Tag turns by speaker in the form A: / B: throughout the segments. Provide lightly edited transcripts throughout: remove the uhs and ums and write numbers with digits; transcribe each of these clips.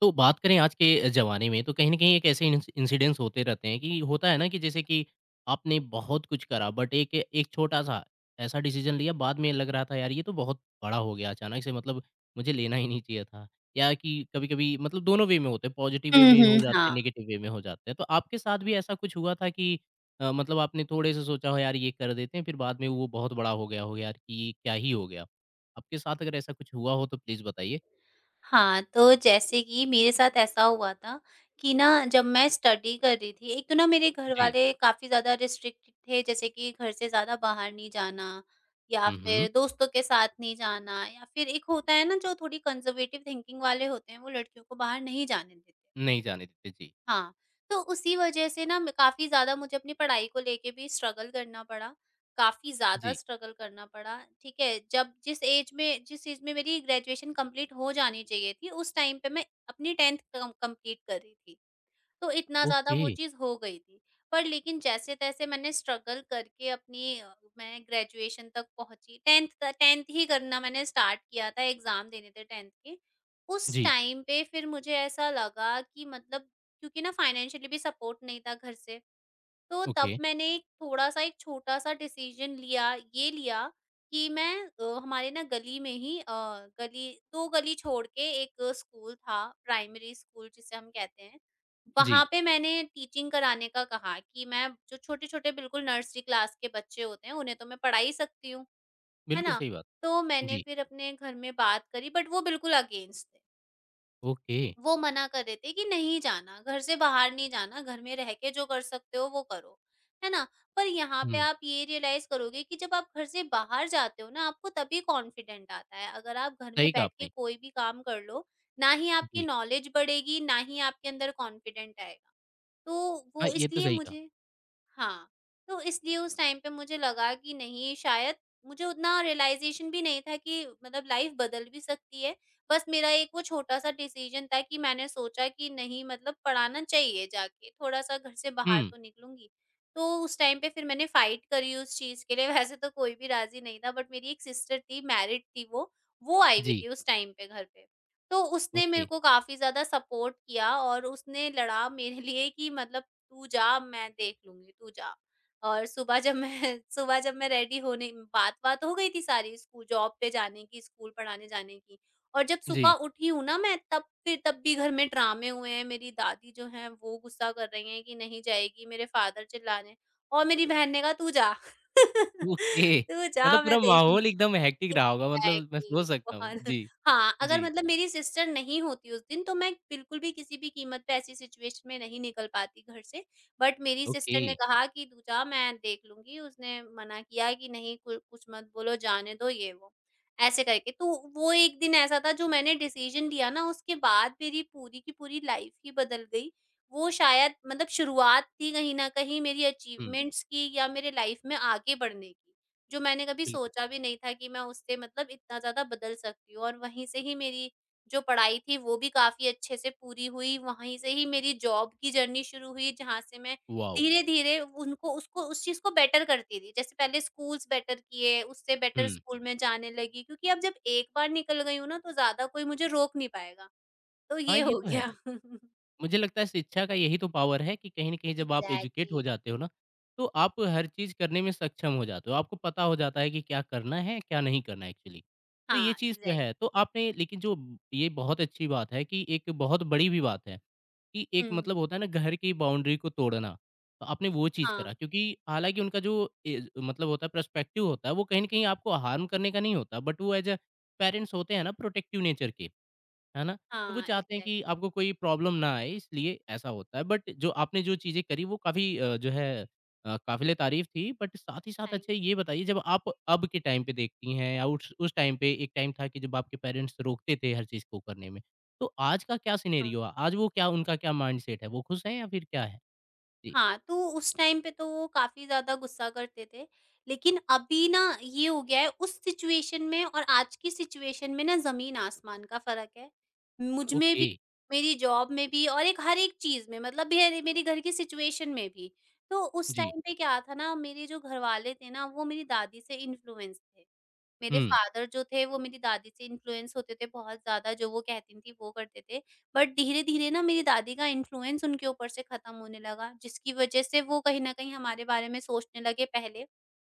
A: तो बात करें आज के ज़माने में, तो कहीं न कहीं एक ऐसे इंसिडेंट्स होते रहते हैं कि होता है ना, कि जैसे कि आपने बहुत कुछ करा बट एक एक छोटा-सा ऐसा डिसीज़न लिया, बाद में लग रहा था यार ये तो बहुत बड़ा हो गया अचानक से, मतलब मुझे लेना ही नहीं चाहिए था। या कि कभी-कभी मतलब दोनों वे में होते हैं, पॉज़िटिव वे
B: हुँ,
A: में हो
B: हुँ,
A: जाते हैं,
B: हाँ।
A: नेगेटिव वे में हो जाते हैं। तो आपके साथ भी ऐसा कुछ हुआ था कि मतलब आपने थोड़े से सोचा हो यार ये कर देते हैं, फिर बाद में वो बहुत बड़ा हो गया हो, यार कि ये क्या ही हो गया? आपके साथ अगर ऐसा कुछ हुआ हो तो प्लीज़ बताइए?
B: हाँ, तो जैसे कि मेरे साथ ऐसा हुआ था कि ना जब मैं स्टडी कर रही थी, एक तो ना मेरे घर
A: जी।
B: वाले काफ़ी ज़्यादा रिस्ट्रिक्ट थे, जैसे कि घर से ज़्यादा बाहर नहीं जाना या
A: हुँ, हुँ।
B: फिर दोस्तों के साथ नहीं जाना या फिर एक होता है ना जो थोड़ी कंज़र्वेटिव थिंकिंग वाले होते हैं, वो लड़कियों को बाहर नहीं जाने देते।
A: नहीं जाने देते। जी,
B: हाँ, तो उसी वजह से ना मैं काफ़ी ज़्यादा मुझे अपनी पढ़ाई को लेके भी स्ट्रगल करना पड़ा, काफ़ी ज़्यादा
A: जी।
B: स्ट्रगल करना पड़ा, ठीक है? जब जिस ऐज में मेरी ग्रेजुएशन कंप्लीट हो जानी चाहिए थी, उस टाइम पे मैं अपनी 10th कम कंप्लीट कर रही थी। तो इतना ज़्यादा
A: ओके।
B: वो चीज़ हो गई थी। पर लेकिन जैसे-तैसे मैंने स्ट्रगल करके अपनी मैं ग्रेजुएशन तक पहुँची, 10th त 10th ही करना मैंने स्टार्ट किया था, एग्ज़ाम देने थे 10th के। उस
A: जी,
B: टाइम पे फिर मुझे ऐसा लगा कि मतलब क्योंकि ना फाइनेंशियली भी सपोर्ट नहीं था घर से। तो
A: ओके।
B: तब मैंने एक थोड़ा-सा एक छोटा-सा डिसीज़न लिया, ये लिया कि मैं हमारे ना गली में ही अ, गली 2 गली छोड़ के एक स्कूल था, प्राइमरी स्कूल जिसे हम कहते हैं।
A: जी,
B: वहाँ पे मैंने टीचिंग कराने का कहा कि मैं जो छोटे-छोटे बिल्कुल नर्सरी क्लास के बच्चे होते हैं, उन्हें तो मैं पढ़ा ही सकती हूँ, है
A: बिल्कुल
B: ना?
A: सही बात।
B: तो मैंने
A: जी,
B: फिर अपने घर में बात करी बट वो बिल्कुल अगेंस्ट थे।
A: ओके।
B: वो मना कर देते कि नहीं जाना, घर से बाहर नहीं जाना, घर में रह के जो कर सकते हो वो करो, है ना? पर यहाँ पे
A: हुँ,
B: आप ये रियलाइज़ करोगे कि जब आप घर से बाहर जाते हो ना, आपको तभी कॉन्फिडेंट आता है। अगर आप घर में
A: सही कहा
B: बैठ के
A: आपने।
B: कोई भी काम कर लो, ना ही आपकी
A: जी,
B: नॉलेज बढ़ेगी, ना ही आपके अंदर कॉन्फिडेंट आएगा। तो
A: हाँ,
B: वो
A: ये तो
B: इसलिए
A: सही कहा।
B: मुझे, हाँ, तो इसलिए उस टाइम पे मुझे लगा कि नहीं शायद मुझे उतना रियलाइज़ेशन भी नहीं था कि मतलब लाइफ़ बदल भी सकती है। बस मेरा एक वो छोटा-सा डिसीज़न था कि मैंने सोचा कि नहीं मतलब पढ़ाना चाहिए जाके, थोड़ा-सा घर से बाहर
A: हुँ,
B: तो निकलूँगी। तो उस टाइम पे फिर मैंने फ़ाइट करी उस चीज़ के लिए, वैसे तो कोई भी राज़ी नहीं था बट मेरी एक सिस्टर थी, मैरिड थी वो आई हुई
A: जी,
B: थी उस टाइम पे घर पे। तो उसने
A: ओके,
B: मेरे को काफ़ी ज़्यादा सपोर्ट किया और उसने लड़ा मेरे लिए कि मतलब तू जा मैं देख लूँगी, तू जा। और सुबह जब मैं सुबह जब मैं रेडी होने बात-वात हो गई थी सारी स्कूल जॉब पे जाने की, स्कूल पढ़ाने जाने की और जब सुबह
A: जी,
B: उठी हूँ ना मैं तब भी घर में ड्रामे हुए हैं, मेरी दादी जो हैं वो गुस्सा कर रही हैं कि नहीं जाएगी, मेरे फादर चिल्ला रहे हैं और मेरी बहन ने कहा तू जा।
A: ओके।
B: तू
A: मतलब
B: जा
A: पूरा
B: मैं देख लूँगी।
A: माहौल एकदम हेक्टिक रहा होगा, मतलब मैं सोच
B: एग्जैक्टली
A: सकता हूँ।
B: बहुत।
A: जी,
B: हाँ, अगर
A: जी,
B: मतलब मेरी सिस्टर नहीं होती उस दिन तो मैं बिल्कुल भी किसी भी कीमत पे ऐसी सिचुएशन में नहीं निकल पाती घर से। बट मेरी
A: ओके।
B: सिस्टर ने कहा कि, "तू जा मैं देख लूँगी।" उसने मना किया कि, "नहीं कु कुछ मत बोलो, जाने दो ये वो।" ऐसे करके। तो वो एक दिन ऐसा था जो मैंने डिसीजन लिया ना उसके बाद मेरी पूरी की पूरी लाइफ ही बदल गई। वो शायद मतलब शुरुआत थी कहीं न कहीं मेरी
A: हुँ,
B: अचीवमेंट्स की या मेरे लाइफ में आगे बढ़ने की। जो मैंने कभी
A: बिल्कुल।
B: सोचा भी नहीं था कि मैं उससे मतलब इतना ज़्यादा बदल सकती हूँ। और वहीं से ही मेरी जो पढ़ाई थी वो भी काफ़ी अच्छे से पूरी हुई, वहीं से ही मेरी जॉब की जर्नी शुरू हुई जहाँ से मैं
A: वॉव!
B: धीरे-धीरे उनको उसको उस चीज़ को बेटर करती रही। जैसे पहले स्कूल्स बेटर किए, उससे बेटर
A: हुँ,
B: स्कूल में जाने लगी क्योंकि अब जब एक बार निकल गई हूँ ना तो ज़्यादा कोई मुझे रोक नहीं पाएगा। तो
A: हाँ,
B: ये
A: ये
B: हो
A: तो है।
B: गया।
A: मुझे लगता है शिक्षा का यही तो पावर है कि कहीं न कहीं जब आप एजुकेट हो
B: एग्ज़ैक्टली।
A: जाते हो ना, तो आप हर चीज़ करने में सक्षम हो जाते हो। आपको पता हो जाता है कि क्या करना है, क्या नहीं करना एक्चुअली। तो ये
B: हाँ,
A: चीज़ तो
B: एग्ज़ैक्ट।
A: है। तो आपने, लेकिन जो ये बहुत अच्छी बात है, कि एक बहुत बड़ी भी बात है, कि एक मतलब
B: हुँ,
A: होता है ना घर की बाउंड्री को तोड़ना, तो आपने वो चीज़
B: हाँ,
A: करा क्योंकि हालाँकि उनका जो एज मतलब होता है पर्सपेक्टिव होता है, वो कहीं न कहीं आपको हार्म करने का नहीं होता, बट वो एज़ अ पेरेंट्स होते हैं ना, प्रोटेक्टिव नेचर के। है ना? तो वो
B: हाँ,
A: चाहते हैं कि
B: एग्ज़ैक्टली।
A: आपको कोई प्रॉब्लम ना आए, इसलिए ऐसा होता है। बट जो आपने जो चीज़ें करी वो काफ़ी जो है काबिले तारीफ़ थी, बट साथ ही साथ
B: थैंक
A: अच्छा
B: यू।
A: ये बताइए, जब आप अब के टाइम पे देखती हैं या उस टाइम पे, एक टाइम था कि जब आपके पेरेंट्स रोकते थे हर चीज़ को करने में। तो आज का क्या
B: हाँ।
A: सिनेरियो है? आज वो क्या, उनका क्या माइंडसेट है? वो खुश हैं या फिर क्या है? जी,
B: हाँ, तो उस टाइम पे तो वो काफ़ी ज़्यादा गुस्सा करते थे। लेकिन अभी ना ये हो गया है उस सिचुएशन में और आज की सिचुएशन में ना ज़मीन-आसमान का फ़र्क है। मुझ में
A: ओके,
B: भी, मेरी जॉब में भी और एक हर एक चीज़ में मतलब मेरे मेरे घर की सिचुएशन में भी। तो उस
A: जी।
B: टाइम पे क्या था ना मेरे जो घरवाले थे ना वो मेरी दादी से इन्फ्लुएंस थे। मेरे
A: हुँ,
B: फादर जो थे वो मेरी दादी से इन्फ्लुएंस होते थे बहुत ज़्यादा, जो वो कहती थीं वो करते थे। बट धीरे-धीरे ना मेरी दादी का इन्फ्लुएंस उनके ऊपर से खत्म होने लगा, जिसकी वजह से वो कहीं न कहीं हमारे बारे में सोचने लगे पहले।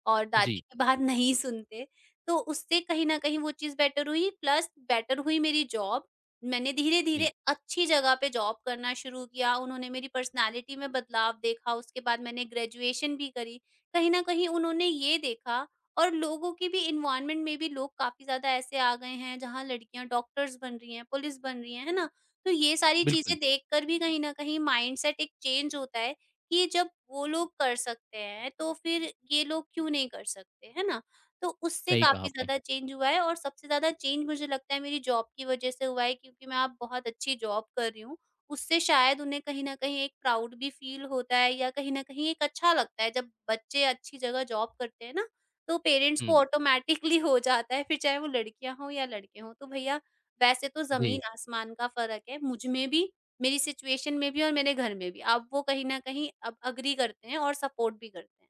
B: और दादी
A: जी,
B: की बात नहीं सुनते, तो उससे कहीं न कहीं वो चीज़ बेटर हुई प्लस बेटर हुई मेरी जॉब। मैंने
A: जी।
B: धीरे-धीरे अच्छी जगह पे जॉब करना शुरू किया, उन्होंने मेरी पर्सनैलिटी में बदलाव देखा, उसके बाद मैंने ग्रेजुएशन भी करी। कहीं न कहीं उन्होंने ये देखा और लोगों की भी एनवायरनमेंट में भी लोग काफ़ी ज़्यादा ऐसे आ गए हैं, जहाँ लड़कियाँ डॉक्टर्स बन रही हैं, पुलिस बन रही हैं, है ना? तो ये सारी
A: बिल्कुल,
B: चीज़ें देखकर भी कहीं न कहीं माइंडसेट एक चेंज होता है कि जब वो लोग कर सकते हैं, तो फिर ये लोग क्यों नहीं कर सकते, है ना? तो उससे
A: सही कहा
B: काफ़ी
A: आपने।
B: ज़्यादा चेंज हुआ है और सबसे ज़्यादा चेंज मुझे लगता है मेरी जॉब की वज़ह से हुआ है क्योंकि मैं अब बहुत अच्छी जॉब कर रही हूँ। उससे शायद उन्हें कहीं न कहीं एक प्राउड भी फ़ील होता है या कहीं न कहीं एक अच्छा लगता है जब बच्चे अच्छी जगह जॉब करते हैं ना, तो पेरेंट्स को
A: हुँ,
B: ऑटोमैटिकली हो जाता है फिर चाहे वो लड़कियाँ हों या लड़के हों। तो भैया वैसे तो
A: जी।
B: ज़मीन-आसमान का फ़र्क है मुझ में भी, मेरी सिचुएशन में भी और मेरे घर में भी। अब वो कहीं न कहीं अब एग्री करते हैं और सपोर्ट भी करते हैं।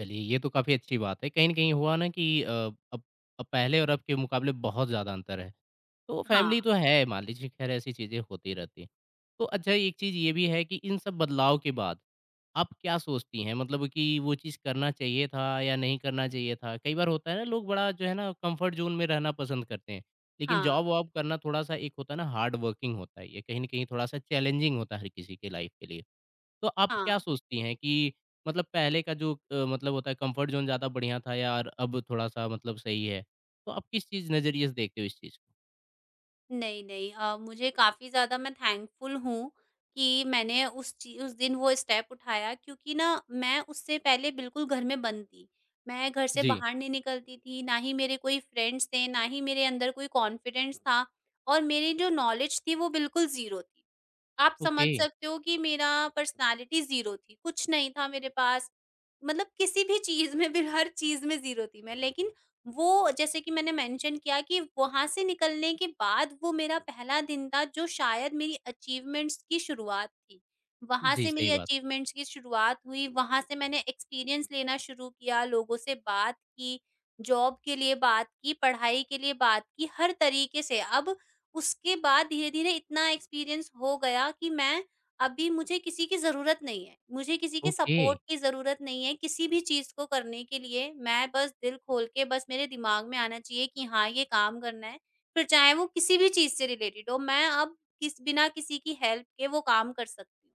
A: चलिए, ये तो काफ़ी अच्छी बात है। कहीं न कहीं हुआ ना कि अब पहले और अब के मुकाबले बहुत ज़्यादा अंतर है। तो
B: हाँ,
A: फैमिली तो है, मान लीजिए ख़ैर ऐसी चीज़ें होती रहती हैं। तो अच्छा, एक चीज़ ये भी है कि इन सब बदलाव के बाद आप क्या सोचती हैं? मतलब कि वो चीज़ करना चाहिए था या नहीं करना चाहिए था? कई बार होता है ना लोग बड़ा जो है ना कम्फ़र्ट ज़ोन में रहना पसंद करते हैं। लेकिन
B: हाँ,
A: जॉब-वॉब करना थोड़ा-सा एक होता है ना हार्ड वर्किंग होता है ये, कहीं न कहीं थोड़ा-सा चैलेंजिंग होता है हर किसी के लाइफ़ के लिए। तो आप क्या
B: हाँ।
A: सोचती हैं कि मतलब पहले का जो मतलब होता है कंफर्ट ज़ोन ज़्यादा बढ़िया था या अब थोड़ा-सा मतलब सही है? तो आप किस चीज़, नज़रिए से देखते हो इस चीज़ को?
B: नहीं, नहीं मुझे काफ़ी ज़्यादा, मैं थैंकफुल हूँ कि मैंने उस ची उस दिन वो स्टेप उठाया क्योंकि ना मैं उससे पहले बिल्कुल घर में बंद थी। मैं घर से
A: जी।
B: बाहर नहीं निकलती थी, ना ही मेरे कोई फ्रेंड्स थे, ना ही मेरे अंदर कोई कॉन्फिडेंस था और मेरी जो नॉलेज थी वो बिल्कुल ज़ीरो थी। आप समझ
A: ओके।
B: सकते हो कि मेरा पर्सनैलिटी ज़ीरो थी, कुछ नहीं था मेरे पास। मतलब किसी भी चीज़ में भी हर चीज़ में ज़ीरो थी मैं, लेकिन वो जैसे कि मैंने मेंशन किया कि वहाँ से निकलने के बाद वो मेरा पहला दिन था जो शायद मेरी अचीवमेंट्स की शुरुआत थी। वहाँ
A: जी,
B: से
A: सही
B: मेरी
A: बात।
B: अचीवमेंट्स की शुरुआत हुई, वहाँ से मैंने एक्सपीरियंस लेना शुरू किया, लोगों से बात की, जॉब के लिए बात की, पढ़ाई के लिए बात की, हर तरीके से। अब उसके बाद धीरे-धीरे इतना एक्सपीरियंस हो गया कि मैं, अभी मुझे किसी की ज़रूरत नहीं है, मुझे किसी के
A: ओके,
B: सपोर्ट की ज़रूरत नहीं है, किसी भी चीज़ को करने के लिए मैं बस दिल खोल के बस मेरे दिमाग में आना चाहिए कि हाँ, ये काम करना है, फिर चाहे वो किसी भी चीज़ से रिलेटेड हो, मैं अब किस बिना किसी की हेल्प के वो काम कर सकती हूँ।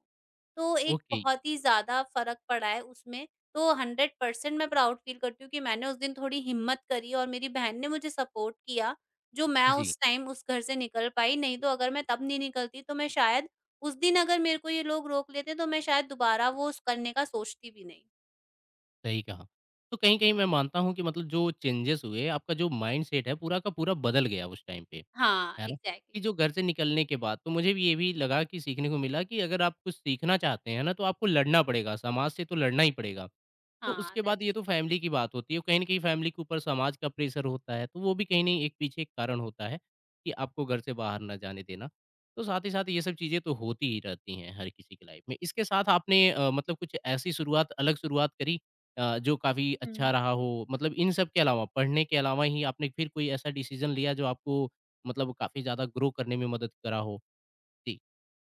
B: तो एक
A: ओके।
B: बहुत ही ज़्यादा फ़र्क पड़ा है उसमें, तो 100% मैं प्राउड फील करती हूँ कि मैंने उस दिन थोड़ी हिम्मत करी और मेरी बहन ने मुझे सपोर्ट किया जो मैं
A: जी,
B: उस टाइम उस घर से निकल पाई, नहीं तो अगर मैं तब नहीं निकलती तो मैं शायद उस दिन अगर मेरे को ये लोग रोक लेते तो मैं शायद दोबारा वो स करने का सोचती भी नहीं।
A: सही कहा। तो कहीं-कहीं मैं मानता हूँ कि मतलब जो चेंजेज़ हुए, आपका जो माइंडसेट है पूरा का पूरा बदल गया उस टाइम पे,
B: हाँ,
A: है ना? कि
B: एग्ज़ैक्टली।
A: जो घर से निकलने के बाद तो मुझे भी ये भी लगा कि सीखने को मिला कि अगर आप कुछ सीखना चाहते हैं ना, तो आपको लड़ना पड़ेगा, समाज से तो लड़ना ही पड़ेगा। तो
B: हाँ,
A: उसके बाद ये
B: दैट्स
A: तो फैमिली की बात होती है, कहीं न कहीं फैमिली के ऊपर समाज का प्रेशर होता है, तो वो भी कहीं न कहीं एक पीछे एक कारण होता है, कि आपको घर से बाहर ना जाने देना। तो साथ ही साथ ये सब चीज़ें तो होती ही रहती हैं हर किसी की लाइफ़ में। इसके साथ आपने मतलब कुछ ऐसी शुरुआत अलग शुरुआत करी जो काफ़ी
B: ट्रू।
A: अच्छा रहा हो? मतलब इन सब के अलावा, पढ़ने के अलावा ही आपने फिर कोई ऐसा डिसीज़न लिया जो आपको मतलब काफ़ी ज़्यादा ग्रो करने में मदद करा हो? जी,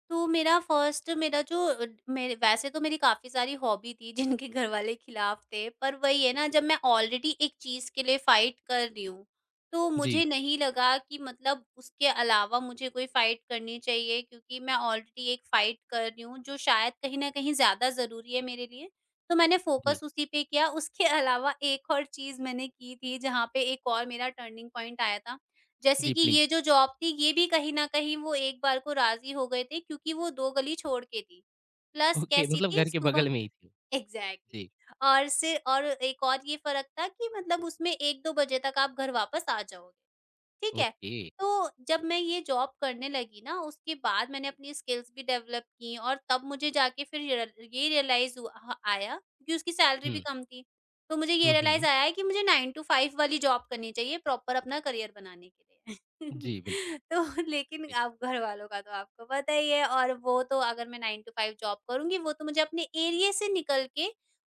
B: तो मेरा फर्स्ट मेरा जो अ, मेरे वैसे तो मेरी काफ़ी सारी हॉबी थी जिनके घर वाले खिलाफ थे, पर वही है ना जब मैं ऑलरेडी एक चीज़ के लिए फाइट कर रही हूँ, तो
A: जी,
B: मुझे नहीं लगा कि मतलब उसके अलावा मुझे कोई फाइट करनी चाहिए क्योंकि मैं ऑलरेडी एक फाइट कर रही हूँ जो शायद कहीं न कहीं ज़्यादा ज़रूरी है मेरे लिए। तो मैंने फ़ोकस
A: जी,
B: उसी पे किया, उसके अलावा एक और चीज़ मैंने की थी जहाँ पे एक और मेरा टर्निंग पॉइंट आया था। जैसे
A: जी
B: कि
A: प्लीज़।
B: ये जो जॉब थी, ये भी कहीं न कहीं वो एक बार को राज़ी हो गए थे क्योंकि वो 2 गली छोड़ के थी। प्लस
A: ओके,
B: कैसी
A: मतलब
B: थी
A: घर के
B: सुबह।
A: बगल में ही थी।
B: एग्ज़ैक्टली।
A: जी,
B: और एक और ये फ़र्क था कि मतलब उसमें 1-2 बजे तक आप घर वापस आ जाओगे। ठीक है?
A: ओके।
B: तो जब मैं ये जॉब करने लगी ना उसके बाद मैंने अपनी स्किल्स भी डेवलप की और तब मुझे जाके फिर रियल ये रियलाइज़ हुआ ह आया क्योंकि उसकी सैलरी भी
A: हुँ।
B: कम थी। तो मुझे ये
A: हुँ,
B: रियलाइज़
A: हुँ।
B: आया है कि मुझे 9 टू 5 वाली जॉब करनी चाहिए, प्रॉपर अपना करियर बनाने के लिए।
A: जी, बिल्कुल,
B: तो लेकिन
A: जी।
B: अब घरवालों का तो आपको पता ही है, और वो तो अगर मैं 9 टू 5 जॉब करूँगी, वो तो मुझे अपने एरिया से निकल के,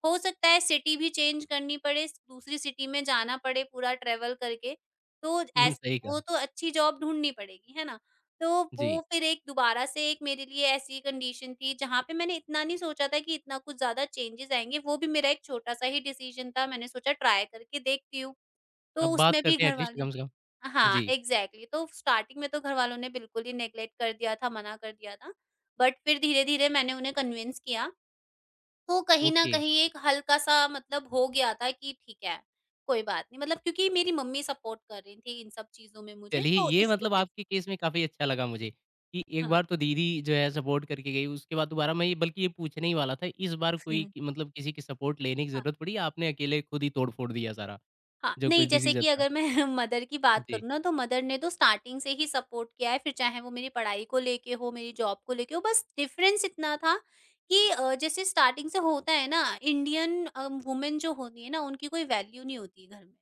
B: हो सकता है सिटी भी चेंज करनी पड़े, दूसरी सिटी में जाना पड़े पूरा ट्रैवल करके। तो
A: हुँ,
B: ऐस
A: सही
B: वो
A: कहा।
B: तो अच्छी जॉब ढूँढनी पड़ेगी, है ना? तो वो
A: जी,
B: फिर एक दोबारा से एक मेरे लिए ऐसी कंडीशन थी जहाँ पे मैंने इतना नहीं सोचा था कि इतना कुछ ज़्यादा चेंजेज़ आएँगे। वो भी मेरा एक छोटा-सा ही डिसीज़न था, मैंने सोचा ट्राई करके देखती हूँ।
A: अब
B: तो
A: बात
B: उसमें भी
A: करते हैं एटलीस्ट
B: घरवाले।
A: कम से कम।
B: हाँ,
A: जी,
B: एग्ज़ैक्टली। तो स्टार्टिंग में तो घरवालों ने बिल्कुल ही नेगलेक्ट कर दिया था, मना कर दिया था। बट फिर धीरे-धीरे मैंने उन्हें कन्विंस किया, तो कहीं न
A: ओके।
B: कहीं एक हल्का-सा मतलब हो गया था कि ठीक है, कोई बात नहीं। मतलब, क्योंकि मेरी मम्मी सपोर्ट कर रही थी इन सब चीज़ों में मुझे,
A: चलिए,
B: तो
A: ये
B: इस
A: मतलब
B: वज़ह से।
A: आपके केस में काफ़ी अच्छा लगा मुझे, कि एक
B: हाँ।
A: बार तो दीदी जो है सपोर्ट करके गई, उसके बाद दोबारा मैं ये, बल्कि ये पूछने ही वाला था, इस बार कोई कि मतलब किसी की सपोर्ट लेने की
B: हाँ,
A: ज़रूरत पड़ी या आपने अकेले खुद ही तोड़-फोड़ दिया सारा,
B: हाँ,
A: जो कुछ
B: नहीं, जैसे
A: डिसीज़न
B: कि
A: था?
B: अगर मैं मदर की बात
A: जी,
B: करूँ ना, तो मदर ने तो स्टार्टिंग से ही सपोर्ट किया है, फिर चाहे वो मेरी पढ़ाई को लेके हो, मेरी जॉब को लेके हो। बस डिफ़रेंस इतना था कि जैसे स्टार्टिंग से होता है ना, इंडियन वुमेन जो होती है ना, उनकी कोई वैल्यू नहीं होती घर में।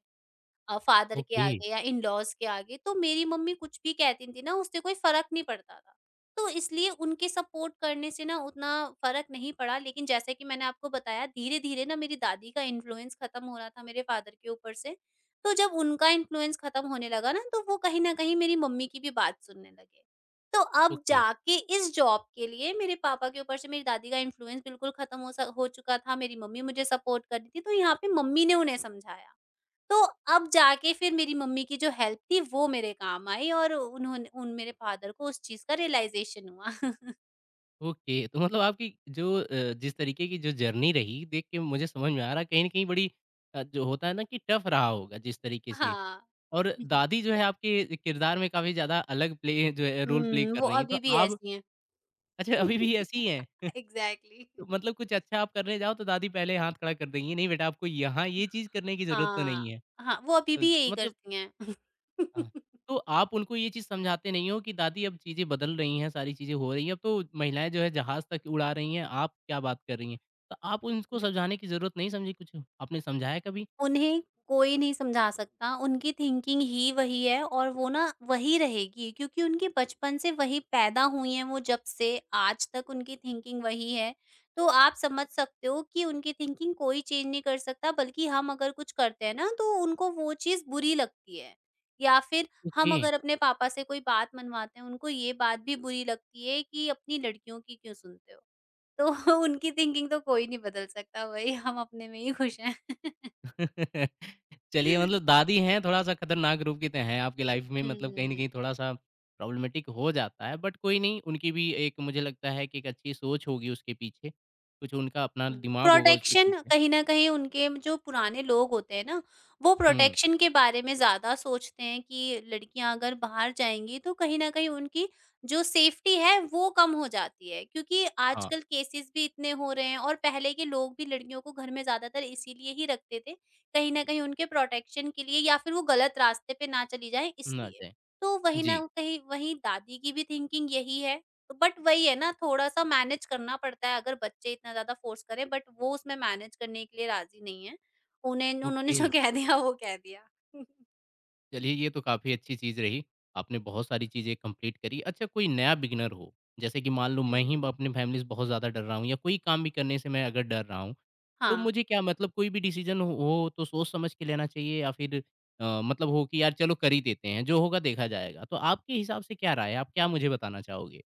B: फादर के
A: ओके,
B: आगे या इन-लॉज़ के आगे, तो मेरी मम्मी कुछ भी कहती थी ना, उससे कोई फ़र्क नहीं पड़ता था। तो इसलिए उनके सपोर्ट करने से ना उतना फ़र्क नहीं पड़ा, लेकिन जैसे कि मैंने आपको बताया, धीरे-धीरे ना मेरी दादी का इन्फ्लुएंस खत्म हो रहा था मेरे फादर के ऊपर से। तो जब उनका इन्फ्लुएंस खत्म होने लगा ना, तो वो कहीं न कहीं मेरी मम्मी की भी बात सुनने लगे। तो अब
A: ओके,
B: जाके इस जॉब के लिए मेरे पापा के ऊपर से मेरी दादी का इन्फ्लुएंस बिल्कुल खत्म हो चुका था, मेरी मम्मी मुझे सपोर्ट कर रही थी, तो यहाँ पे मम्मी ने उन्हें समझाया। तो अब जाके फिर मेरी मम्मी की जो हेल्प थी वो मेरे काम आई, और उन्होंने उन मेरे फादर को उस चीज़ का रियलाइज़ेशन हुआ।
A: ओके। तो मतलब आपकी जो जिस तरीके की जो जर्नी रही, देख के मुझे समझ में आ रहा है कहीं न कहीं बड़ी जो होता है ना कि टफ़ रहा होगा जिस तरीके से,
B: हाँ।
A: और दादी जो है आपके किरदार में काफ़ी ज़्यादा अलग प्ले जो है रोल प्ले
B: हुँ,
A: कर
B: वो
A: रही हैं, तो
B: अभी भी
A: आप
B: ऐसी हैं।
A: अच्छा अभी भी ऐसी ही हैं?
B: एग्ज़ैक्टली।
A: तो मतलब कुछ अच्छा आप करने जाओ तो दादी पहले हाथ खड़ा कर देंगी, नहीं बेटा आपको यहाँ ये चीज़ करने की ज़रूरत तो नहीं
B: हाँ।
A: है।
B: हाँ, वो अभी
A: तो
B: भी यही
A: मतलब
B: करती हैं।
A: हाँ, तो आप उनको ये चीज़ समझाते नहीं हो कि दादी अब चीज़ें बदल रही हैं, सारी चीज़ें हो रही हैं, अब तो महिलाएँ जो है जहाज़ तक उड़ा रही हैं, आप क्या बात कर रही हैं? तो आप उनको समझाने की ज़रूरत नहीं समझी कुछ? आपने समझाया कभी?
B: उन्हें कोई नहीं समझा सकता, उनकी थिंकिंग ही वही है, और वो ना वही रहेगी, क्योंकि उनकी बचपन से वही पैदा हुई हैं वो, जब से आज तक उनकी थिंकिंग वही है। तो आप समझ सकते हो कि उनकी थिंकिंग कोई चेंज नहीं कर सकता, बल्कि हम अगर कुछ करते हैं ना, तो उनको वो चीज़ बुरी लगती है। या फिर हम
A: ओके।
B: अगर अपने पापा से कोई बात मनवाते हैं, उनको ये बात भी बुरी लगती है कि अपनी लड़कियों की क्यों सुनते हो? तो उनकी थिंकिंग तो कोई नहीं बदल सकता, वही हम अपने में ही खुश हैं।
A: चलिए मतलब दादी हैं, थोड़ा-सा खतरनाक रूप की तो हैं आपकी लाइफ़ में, मतलब कहीं न
B: हुँ,
A: कहीं थोड़ा-सा प्रॉब्लमेटिक हो जाता है, बट कोई नहीं, उनकी भी एक मुझे लगता है कि एक अच्छी सोच होगी उसके पीछे, कुछ उनका अपना
B: हुँ।
A: दिमाग होगा उसके
B: प्रोटेक्शन,
A: पीछे।
B: कहीं न कहीं उनके जो पुराने लोग होते हैं ना, वो
A: हुँ,
B: प्रोटेक्शन के बारे में ज़्यादा सोचते हैं कि लड़कियाँ अगर बाहर जाएँगी तो कहीं न कहीं उनकी जो सेफ्टी है वो कम हो जाती है। क्योंकि
A: हाँ,
B: आजकल केसेज़ भी इतने हो रहे हैं, और पहले के लोग भी लड़कियों को घर में ज़्यादातर इसीलिए ही रखते थे, कहीं न कहीं उनके प्रोटेक्शन के लिए, या फिर वो गलत रास्ते पे ना चली जाएँ
A: ना
B: इसलिए।
A: जाए।
B: तो वहीं ना
A: जी,
B: कहीं वहीं दादी की भी थिंकिंग यही है, बट वही है ना, थोड़ा-सा मैनेज करना पड़ता है अगर बच्चे इतना ज़्यादा फ़ोर्स करें, बट वो उसमें मैनेज करने के लिए राज़ी नहीं है। उन्हें उन्होंने
A: ओके,
B: जो कह दिया वो कह दिया।
A: चलिए ये तो काफ़ी अच्छी चीज़ रही, आपने बहुत सारी चीज़ें कंप्लीट करी। अच्छा, कोई नया बिगिनर हो, जैसे कि मान लो मैं ही
B: हुँ।
A: अपनी फैमिली से बहुत ज़्यादा डर रहा हूँ या कोई काम भी करने से मैं अगर डर रहा हूँ, तो
B: हाँ।
A: मुझे क्या, मतलब कोई भी डिसीजन हो तो सोच-समझ के लेना चाहिए या फिर मतलब हो कि यार चलो कर ही देते हैं, जो होगा देखा जाएगा। तो आपके हिसाब से क्या राय है? आप क्या मुझे बताना चाहोगे?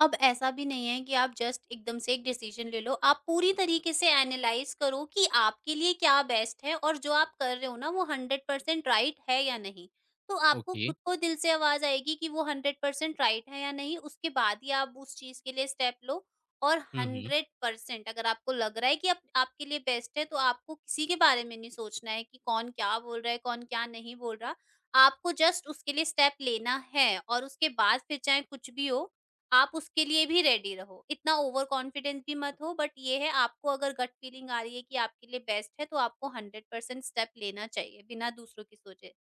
B: अब ऐसा भी नहीं है कि आप जस्ट एकदम से एक डिसीजन ले लो। आप पूरी तरीके से एनालाइज़ करो कि आपके लिए क्या बेस्ट है, और जो आप कर रहे हो ना वो 100% राइट है या नहीं? तो आपको
A: ओके।
B: खुद को दिल से आवाज़ आएगी कि वो 100% राइट है या नहीं? उसके बाद ही आप उस चीज़ के लिए स्टेप लो। और
A: हुँ, हुँ।
B: 100% अगर आपको लग रहा है कि आप आपके लिए बेस्ट है, तो आपको किसी के बारे में नहीं सोचना है कि कौन क्या बोल रहा है, कौन क्या नहीं बोल रहा। आपको जस्ट उसके लिए स्टेप लेना है, और उसके बाद फिर चाहे कुछ भी हो, आप उसके लिए भी रेडी रहो। इतना ओवर कॉन्फिडेंट भी मत हो, बट ये है, आपको अगर गट फीलिंग आ रही है कि आपके लिए बेस्ट है तो आपको 100% स्टेप लेना चाहिए, बिना दूसरों की सोचे।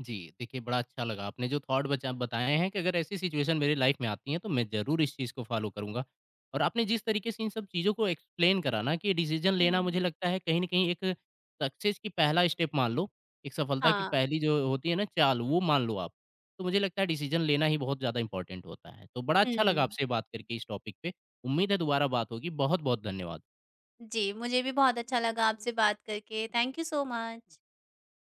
A: जी, देखिए बड़ा अच्छा लगा आपने जो थॉट बचा बताए हैं, कि अगर ऐसी सिचुएशन मेरी लाइफ में आती है तो मैं ज़रूर इस चीज़ को फॉलो करूँगा। और आपने जिस तरीके से इन सब चीज़ों को एक्सप्लेन करा ना, कि डिसीज़न लेना मुझे
B: हुँ।
A: लगता है कहीं न कहीं एक सक्सेस की पहला स्टेप मान लो, एक सफलता की
B: हाँ।
A: पहली जो होती है ना चाल वो मान लो आप। तो मुझे लगता है डिसीज़न लेना ही बहुत ज़्यादा इम्पोर्टेंट होता है। तो बड़ा अच्छा लगा
B: हुँ।
A: आपसे बात करके इस टॉपिक पे। उम्मीद है दोबारा बात होगी। बहुत-बहुत धन्यवाद।
B: जी, मुझे भी बहुत अच्छा लगा आपसे बात करके। Thank you so much.